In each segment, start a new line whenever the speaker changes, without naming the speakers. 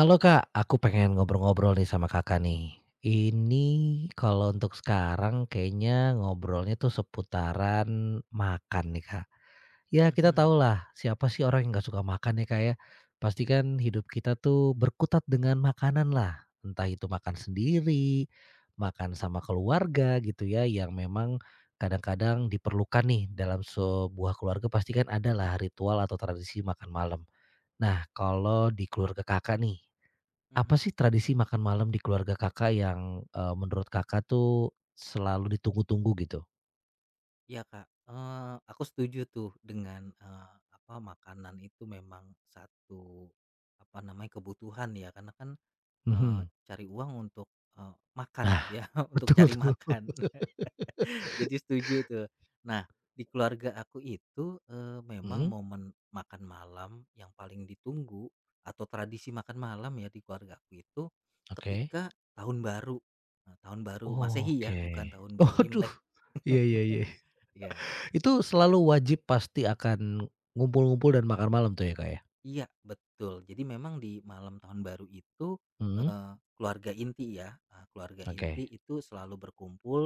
Halo Kak, aku pengen ngobrol-ngobrol nih sama Kakak nih. Ini kalau untuk sekarang kayaknya ngobrolnya tuh seputaran makan nih Kak. Ya kita tahu
Mhm.
lah siapa sih orang yang nggak suka makan ya Kak ya. Pasti kan hidup kita tuh berkutat dengan makanan lah. Entah itu makan sendiri, makan sama keluarga gitu ya. Yang memang kadang-kadang diperlukan nih dalam sebuah keluarga pasti kan ada lah ritual atau tradisi makan malam. Nah kalau di keluarga kakak nih
Mhm.
apa sih tradisi makan malam di keluarga Kakak yang, menurut Kakak tuh selalu ditunggu-tunggu gitu?
Iya, Kak, aku setuju tuh dengan, apa, makanan itu memang satu, apa namanya, kebutuhan ya karena kan, eee,
Mhm.
cari uang untuk, makan
Nah,
gitu ya, untuk
betul
cari
tuh.
makan. Jadi setuju tuh. Nah, di keluarga aku itu, memang
Mhm,
momen makan malam yang paling ditunggu atau tradisi makan malam ya di keluarga aku itu
oke.
ketika tahun baru, tahun baru Masehi ya,
Oke.
bukan tahun baru
Waduh.
Imlek.
Iya, iya, iya.
ya.
Itu selalu wajib pasti akan ngumpul-ngumpul dan makan malam tuh ya, Kak, ya?
Iya, betul. Jadi memang di malam tahun baru itu,
Mhm,
eee, keluarga inti ya, keluarga inti
oke.
itu selalu berkumpul,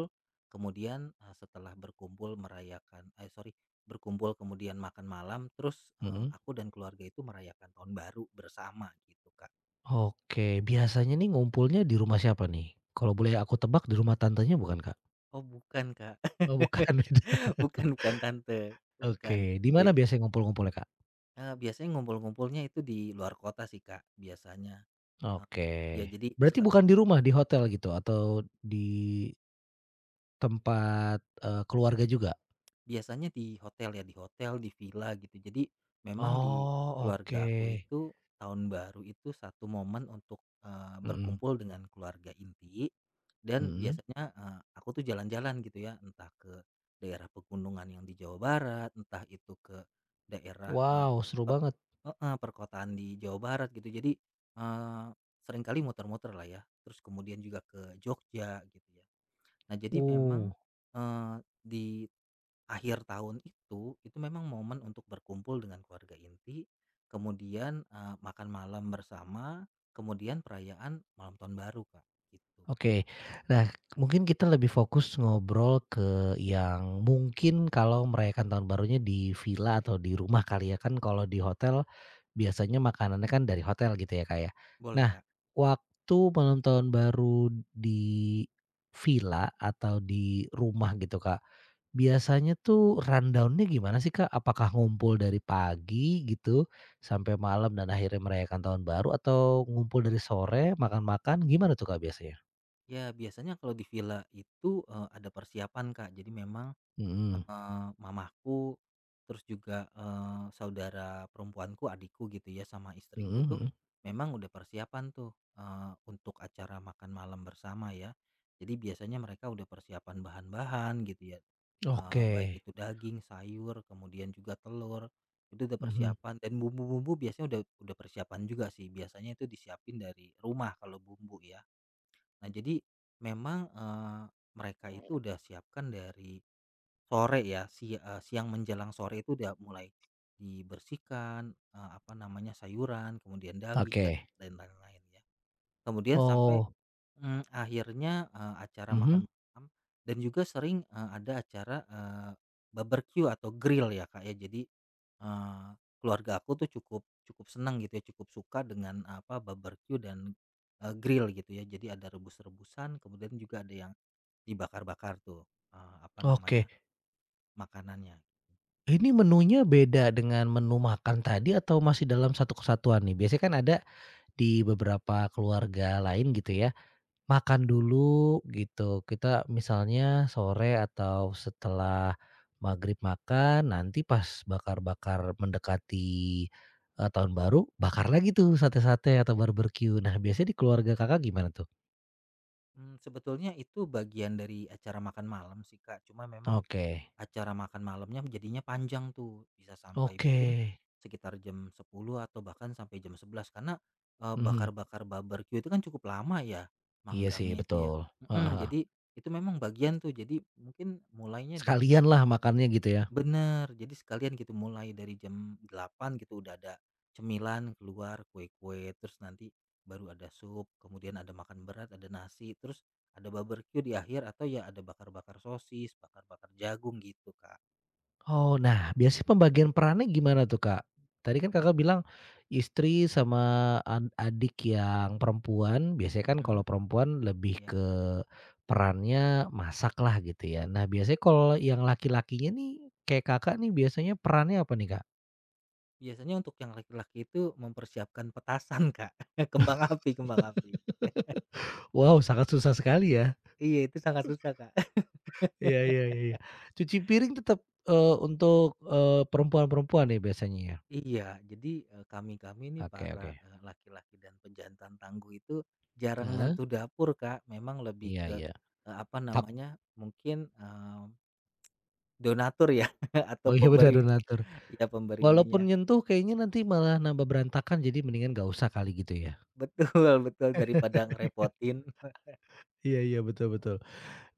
kemudian, setelah berkumpul berkumpul kemudian makan malam, terus,
Mhm.
aku dan keluarga itu merayakan tahun baru bersama gitu, Kak.
Oke, biasanya nih ngumpulnya di rumah siapa nih? Kalau boleh aku tebak di rumah tantenya bukan, Kak?
Oh bukan, Kak.
Oh bukan.
Bukan, bukan tante, bukan.
Oke, di mana
Bed
biasanya ngumpul-ngumpulnya, Kak?
Biasanya ngumpul-ngumpulnya itu di luar kota sih, Kak, biasanya. E
Oke.
ya jadi
Berarti
seka
bukan di rumah, di hotel gitu atau di tempat, keluarga juga?
Biasanya di hotel ya, di hotel, di villa gitu. Jadi memang di
Oh,
keluarga aku
oke.
itu tahun baru itu satu momen untuk,
Mhm,
berkumpul dengan keluarga inti dan
mhm.
biasanya, aku tuh jalan-jalan gitu ya, entah ke daerah pegunungan yang di Jawa Barat, entah itu ke daerah, eee,
Wow, seru
per
banget.
heeh, perkotaan di Jawa Barat gitu. Jadi, eee, seringkali muter-muter lah ya, terus kemudian juga ke Jogja gitu ya. Nah jadi memang,
Uh,
eee, di akhir tahun itu, memang momen untuk berkumpul dengan keluarga inti, kemudian, makan malam bersama, kemudian perayaan malam tahun baru, Kak, gitu.
oke. Nah, mungkin kita lebih fokus ngobrol ke yang mungkin kalau merayakan tahun barunya di villa atau di rumah kali ya, kan kalau di hotel. Biasanya makanannya kan dari hotel gitu ya, Kak, ya.
Boleh,
Nah,
Kak.
waktu malam tahun baru di villa atau di rumah gitu, Kak, biasanya tuh rundownnya gimana sih, Kak? Apakah ngumpul dari pagi gitu sampai malam dan akhirnya merayakan tahun baru atau ngumpul dari sore makan-makan, gimana tuh, Kak, biasanya?
Ya biasanya kalau di villa itu, ada persiapan, Kak. Jadi memang
Mhm,
Mamaku, terus juga, saudara perempuanku, adikku gitu ya, sama istriku
mhm,
tuh
mhm.
memang udah persiapan tuh, untuk acara makan malam bersama ya. Jadi biasanya mereka udah persiapan bahan-bahan gitu ya,
Oke,
baik itu daging, sayur, kemudian juga telur, itu udah
mhm,
persiapan dan bumbu-bumbu biasanya udah persiapan juga sih, biasanya itu disiapin dari rumah kalau bumbu ya. Nah jadi memang, mereka itu udah siapkan dari sore ya, siang menjelang sore itu udah mulai dibersihkan, apa namanya, sayuran, kemudian daging
oke.
dan lain-lain ya. Kemudian sampai,
Oh,
akhirnya, acara
mhm,
makan malam dan juga sering, ada acara, barbeque atau grill ya, Kak, ya. Jadi, eee, keluarga aku tuh cukup cukup senang gitu ya, cukup suka dengan apa, barbecue dan, grill gitu ya. Jadi ada rebus-rebusan, kemudian juga ada yang dibakar-bakar tuh, apa namanya,
oke.
makanannya.
Ini menunya beda dengan menu makan tadi atau masih dalam satu kesatuan nih? Biasanya kan ada di beberapa keluarga lain gitu ya, makan dulu gitu. Kita misalnya sore atau setelah maghrib makan, nanti pas bakar-bakar mendekati, tahun baru, bakar lagi tuh sate-sate atau barbeque. Nah biasanya di keluarga Kakak gimana tuh?
Sebetulnya itu bagian dari acara makan malam sih, Kak, cuma memang
Oke,
acara makan malamnya jadinya panjang tuh, bisa sampai
oke,
mungkin sekitar jam 10 atau bahkan sampai jam 11. Karena,
mhm,
bakar-bakar barbeque itu kan cukup lama ya
iya sih
manggangnya itu
betul,
ya, mhm,
heeh,
jadi itu memang bagian tuh, jadi mungkin mulainya dari jam.
sekalian lah makannya gitu ya?
Bener, jadi sekalian gitu mulai dari jam 8 gitu udah ada cemilan keluar, kue-kue, terus nanti baru ada sup, kemudian ada makan berat, ada nasi, terus ada barbecue di akhir atau ya ada bakar-bakar sosis, bakar-bakar jagung gitu, Kak.
Oh, nah biasanya pembagian perannya gimana tuh, Kak? Tadi kan Kakak bilang istri sama adik yang perempuan, biasanya kan kalau
Mhm.
perempuan lebih
Ya,
ke perannya masak lah gitu ya. Nah biasanya kalau yang laki-lakinya nih, kayak Kakak nih biasanya perannya apa nih, Kak?
biasanya untuk yang laki-laki itu mempersiapkan petasan, Kak, kembang api, kembang api.
Wow, sangat susah sekali ya.
Iya, itu sangat susah, Kak.
Iya, iya, iya, iya. Cuci piring tetap, untuk, perempuan-perempuan nih biasanya ya?
Iya, jadi, kami-kami ini
Oke, oke.
para, laki-laki dan pejantan tangguh itu jarang
Heeh,
nyentuh dapur, Kak. Memang lebih
iya,
ke,
iya.
apa
Tak
namanya, mungkin, donatur ya atau
oh iya bener
pemberi,
donatur.
ya pemberi
Walaupun
ininya.
nyentuh kayaknya nanti malah nambah berantakan, jadi mendingan nggak usah kali gitu ya?
Betul betul, daripada ngerepotin.
Iya, iya, betul, betul.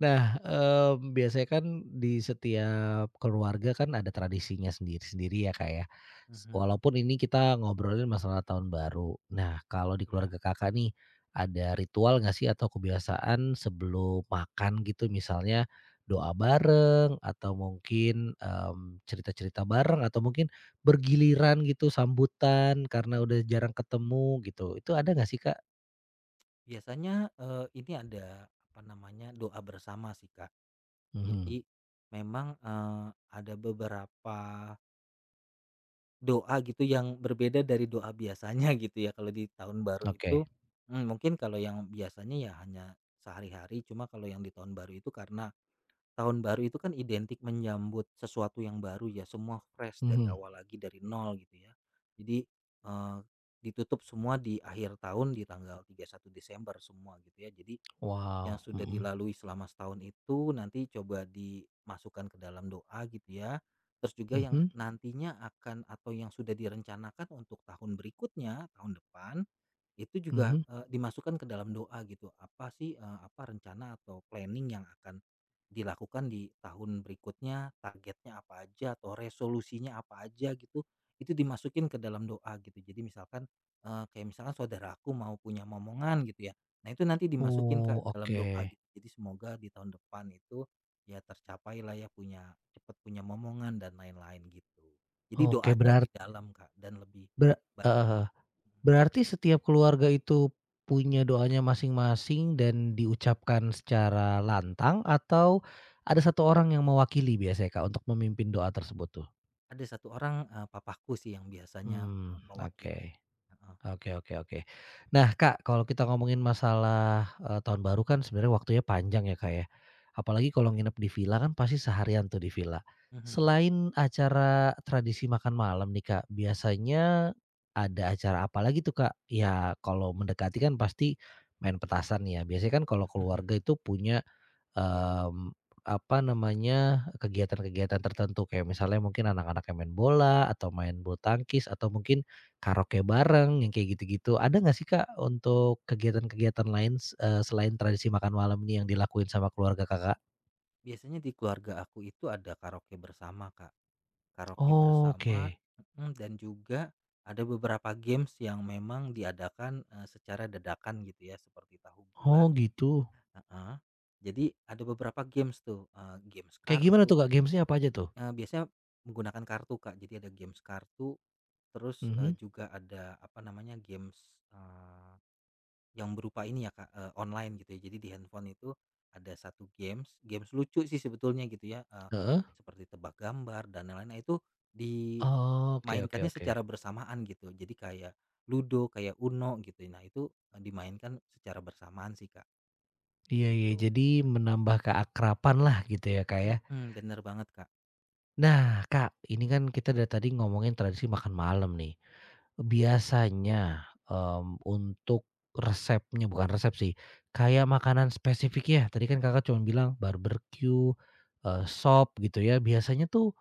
Nah, biasanya kan di setiap keluarga kan ada tradisinya sendiri-sendiri ya, Kak, ya.
Mhm,
Walaupun ini kita ngobrolin masalah tahun baru. Nah, kalau di
iya.
keluarga Kakak nih, ada ritual nggak sih atau kebiasaan sebelum makan gitu misalnya doa bareng atau mungkin, cerita-cerita bareng atau mungkin bergiliran gitu sambutan karena udah jarang ketemu gitu, itu ada nggak sih, Kak?
Biasanya, ini ada, apa namanya, doa bersama sih, Kak.
Mhm,
Jadi memang, ada beberapa doa gitu yang berbeda dari doa biasanya gitu ya kalau di tahun baru
oke.
itu, mungkin kalau yang biasanya ya hanya sehari-hari cuma kalau yang di tahun baru itu karena tahun baru itu kan identik menyambut sesuatu yang baru ya semua fresh dari
Mhm.
awal lagi dari nol gitu ya. Jadi, eee, ditutup semua di akhir tahun di tanggal 31 Desember semua gitu ya jadi, yang
Wow,
sudah
mhm,
dilalui selama setahun itu nanti coba dimasukkan ke dalam doa gitu ya. Terus juga yang
mhm.
nantinya akan atau yang sudah direncanakan untuk tahun berikutnya, tahun depan, itu juga,
Mhm.
dimasukkan ke dalam doa gitu, apa sih, apa rencana atau planning yang akan dilakukan di tahun berikutnya, targetnya apa aja atau resolusinya apa aja gitu, itu dimasukin ke dalam doa gitu. Jadi misalkan, kayak misalkan saudaraku mau punya momongan gitu ya, nah itu nanti dimasukin
Oh,
ke dalam
oke.
doa gitu. Jadi semoga di tahun depan itu ya tercapai lah ya punya, cepet punya momongan dan lain-lain gitu. Jadi
Oke,
doanya lebih
berart
dalam Kak dan lebih
ber
banyak.
heeh, heeh. Berarti setiap keluarga itu punya doanya masing-masing dan diucapkan secara lantang atau ada satu orang yang mewakili biasanya, Kak, untuk memimpin doa tersebut tuh?
Ada satu orang, papaku sih yang biasanya,
Mmm, oke.
mewakili, heeh.
Oke, oke, oke. Nah Kak, kalau kita ngomongin masalah, tahun baru kan sebenarnya waktunya panjang ya Kak ya. Apalagi kalau nginep di villa kan pasti seharian tuh di villa.
Mhm,
Selain acara tradisi makan malam nih Kak, biasanya ada acara apa lagi tuh Kak? Ya kalau mendekati kan pasti main petasan ya. Biasanya kan kalau
mhm,
keluarga
mhm.
itu punya
Iya,
Mmm, apa namanya, kegiatan-kegiatan tertentu kayak misalnya mungkin anak-anak yang main bola atau main bulu tangkis atau mungkin karaoke bareng yang kayak gitu-gitu. Ada nggak sih, Kak, untuk kegiatan-kegiatan lain, selain tradisi makan malam ini yang dilakuin sama keluarga Kakak?
biasanya di keluarga aku itu ada karaoke bersama, Kak. Karaoke bersama,
Oke.
mhm, dan juga ada beberapa games yang memang diadakan, secara dadakan gitu ya, seperti tahu
Oh,
bulat,
gitu.
heeh. Jadi ada beberapa games tuh, games
Kayak gimana
kartu.
tuh, Kak, games-nya apa aja tuh?
Biasanya menggunakan kartu, Kak. Jadi ada games kartu, terus,
Mhm,
juga ada apa namanya, games, yang berupa ini ya Kak, online gitu ya. Jadi di handphone itu ada satu games, games lucu sih sebetulnya gitu ya,
heeh.
seperti tebak gambar dan lain-lain. Nah itu
Oke, oke,
dimainkannya
oke.
secara bersamaan gitu. Jadi kayak ludo, kayak uno gitu. Nah itu, dimainkan secara bersamaan sih Kak,
Iya, iya,
gitu.
jadi menambah keakraban lah gitu ya, Kak, ya?
Mhm, bener banget Kak.
Nah, Kak, ini kan kita dari tadi ngomongin tradisi makan malam nih. Biasanya, untuk resepnya bukan resep sih, kayak makanan spesifik ya. Tadi kan Kakak cuma bilang barbeque, sop gitu ya. Biasanya tuh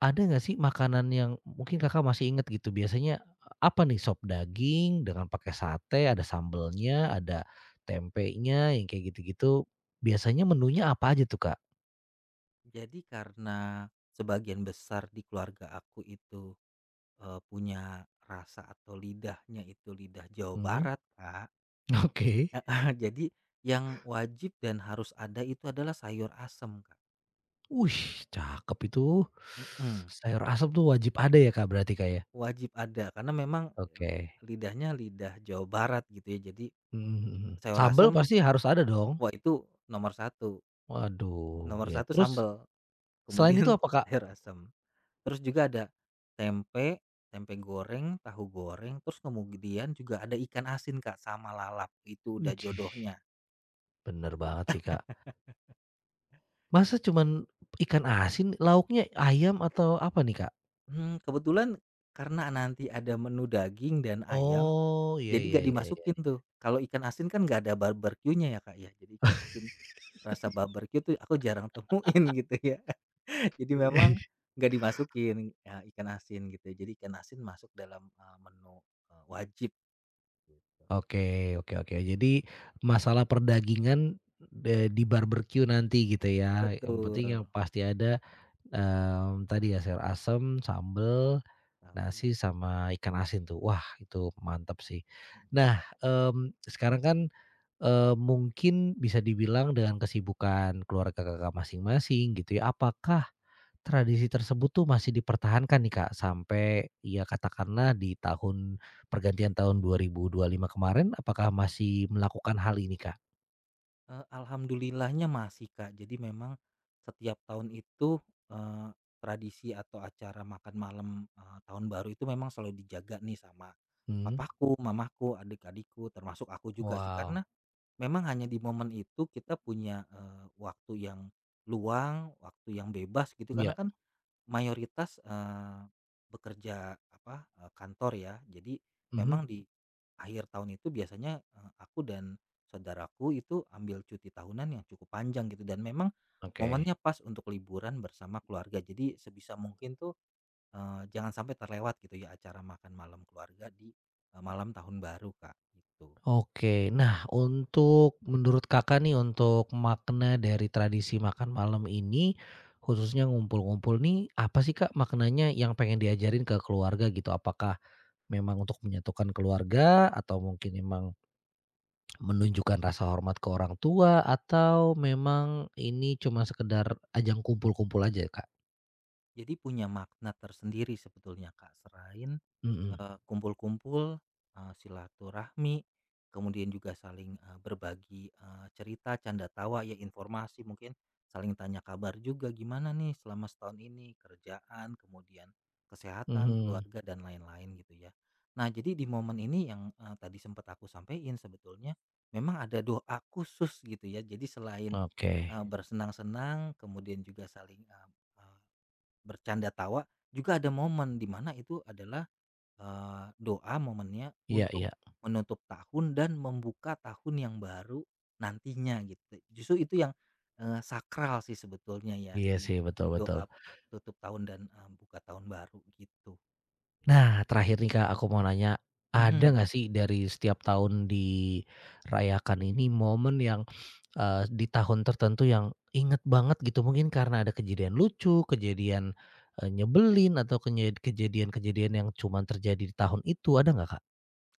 ada nggak sih makanan yang mungkin Kakak masih inget gitu, biasanya apa nih, sop daging dengan pakai sate, ada sambelnya, ada tempenya, yang kayak gitu-gitu. Biasanya menunya apa aja tuh, Kak?
Jadi karena sebagian besar di keluarga aku itu, punya rasa atau lidahnya itu lidah Jawa
Mhm,
Barat Kak.
oke.
Heeh, jadi yang wajib dan harus ada itu adalah sayur asem, Kak.
Wih, cakep itu.
Mhm,
Sayur asem tuh wajib ada ya, Kak, berarti, Kak, ya?
wajib ada karena memang
Oke.
lidahnya lidah Jawa Barat gitu ya, jadi
Mhm, mhm.
sayur
Sambel
asem,
pasti harus ada dong?
wah itu nomor satu.
Waduh,
Nomor
ya
satu
terus
sambel,
selain itu
kemudian
apa, Kak?
sayur asem. Terus juga ada tempe, tempe goreng, tahu goreng, terus kemudian juga ada ikan asin, Kak, sama lalap, itu udah
Widih,
jodohnya
bener banget sih, Kak. Masa
gitu.
cuman ikan asin, lauknya ayam atau apa nih, Kak?
Kebetulan karena nanti ada menu daging dan ayam.
Oh, iya,
Jadi
iya,
gak
iya, iya.
dimasukin tuh, kalau ikan asin kan gak ada barbeque-nya ya, Kak, ya. Jadi ikan asin rasa barbeque tuh aku jarang temuin gitu ya. Jadi memang nggak dimasukin, ikan asin gitu. Jadi ikan asin masuk dalam, menu, wajib gitu.
Oke, oke, oke. Jadi masalah perdagingan, di barbeque nanti gitu ya, yang
Betul,
penting yang pasti ada. Tadi ya sayur asem, sambel,
tahu,
nasi sama ikan asin tuh. Wah itu mantap sih.
mhm.
Nah, sekarang kan, mungkin bisa dibilang dengan kesibukan keluarga Kakak masing-masing gitu ya, apakah tradisi tersebut tuh masih dipertahankan nih Kak sampai ya katakanlah di tahun pergantian tahun dua dua ribu dua puluh lima kemarin, apakah masih melakukan hal ini Kak?
Alhamdulillahnya masih, Kak. Jadi memang setiap tahun itu, eee, tradisi atau acara makan malam, tahun baru itu memang selalu dijaga nih sama
Mmm,
papaku, mamaku, adik-adikku, termasuk aku juga sih. Karena
wow.
memang hanya di momen itu kita punya, waktu yang luang, waktu yang bebas gitu. Karena
Iya,
kan mayoritas, bekerja apa, kantor ya. Jadi
mhm,
memang di akhir tahun itu biasanya, aku dan saudaraku itu ambil cuti tahunan yang cukup panjang gitu dan memang
oke.
momennya pas untuk liburan bersama keluarga. Jadi sebisa mungkin tuh, jangan sampai terlewat gitu ya acara makan malam keluarga di, malam tahun baru Kak, gitu.
Oke, nah untuk menurut Kakak nih untuk makna dari tradisi makan malam ini, khususnya ngumpul-ngumpul nih, apa sih Kak maknanya yang pengen diajarin ke keluarga gitu? Apakah memang untuk menyatukan keluarga atau mungkin memang menunjukkan rasa hormat ke orang tua atau memang ini cuma sekedar ajang kumpul-kumpul aja Kak?
Jadi punya makna tersendiri sebetulnya Kak, selain,
Mhm,
kumpul-kumpul, silaturahmi, kemudian juga saling, berbagi, cerita, canda tawa, ya informasi mungkin, saling tanya kabar juga, "Gimana nih selama setahun ini?" Kerjaan, kemudian kesehatan,
mhm,
keluarga, dan lain-lain gitu ya. Nah jadi di momen ini yang, tadi sempat aku sampaikan sebetulnya, memang ada doa khusus gitu ya. Jadi selain,
oke.
bersenang-senang, kemudian juga saling, bercanda tawa, juga ada momen di mana itu adalah, doa momennya
Iya,
untuk
iya.
menutup tahun dan membuka tahun yang baru nantinya gitu. Justru itu yang, sakral sih sebetulnya ya
Iya
di
sih, betul, betul.
doa tutup tahun dan, buka tahun baru gitu.
Nah, terakhir nih Kak, aku mau nanya, ada
Mhm,
nggak sih dari setiap tahun dirayakan ini momen yang, di tahun tertentu yang inget banget gitu? Mungkin karena ada kejadian lucu, kejadian, nyebelin, atau kejadian-kejadian yang cuma terjadi di tahun itu, ada nggak Kak?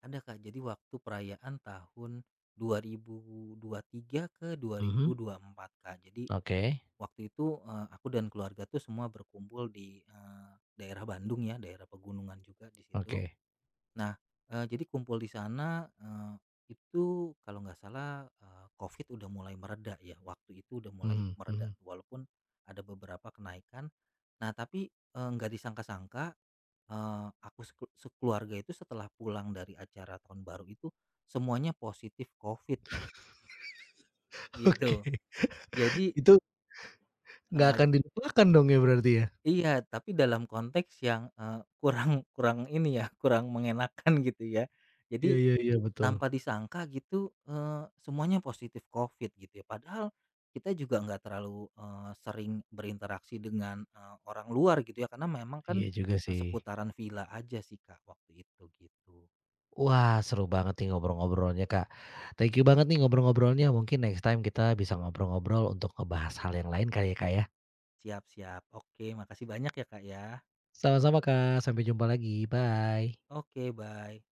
ada Kak, jadi waktu perayaan tahun dua ribu dua ribu tiga ke dua ribu
Mhm,
dua ribu empat Kak, jadi
oke,
waktu itu, aku dan keluarga tuh semua berkumpul di, daerah Bandung ya, daerah pegunungan juga di situ.
oke,
Nah, jadi kumpul di sana, itu kalau nggak salah, Covid udah mulai mereda ya, waktu itu udah mulai
mhm,
mereda
mhm,
tuh, walaupun ada beberapa kenaikan. Nah tapi, nggak disangka-sangka, aku sekeluarga itu setelah pulang dari acara tahun baru itu, semuanya positif Covid Kak, gitu.
oke.
Jadi,
Itu nggak
eh,
akan dilupakan dong ya berarti ya?
Iya, tapi dalam konteks yang, kurang kurang ini ya, kurang mengenakan gitu ya.
Iya,
Jadi
iya, iya, betul.
tanpa disangka gitu, semuanya positif Covid gitu ya. Padahal kita juga nggak terlalu, sering berinteraksi dengan, orang luar gitu ya, karena memang kan,
Iya juga sih.
seputaran villa aja sih, Kak, waktu itu gitu.
Wah, seru banget nih ngobrol-ngobrolnya, Kak. Thank you banget nih ngobrol-ngobrolnya. Mungkin next time kita bisa ngobrol-ngobrol untuk ngebahas hal yang lain kali ya, Kak, ya.
Siap, siap. Oke, makasih banyak ya, Kak, ya.
Sama-sama, Kak. Sampai jumpa lagi. Bye.
Oke, bye.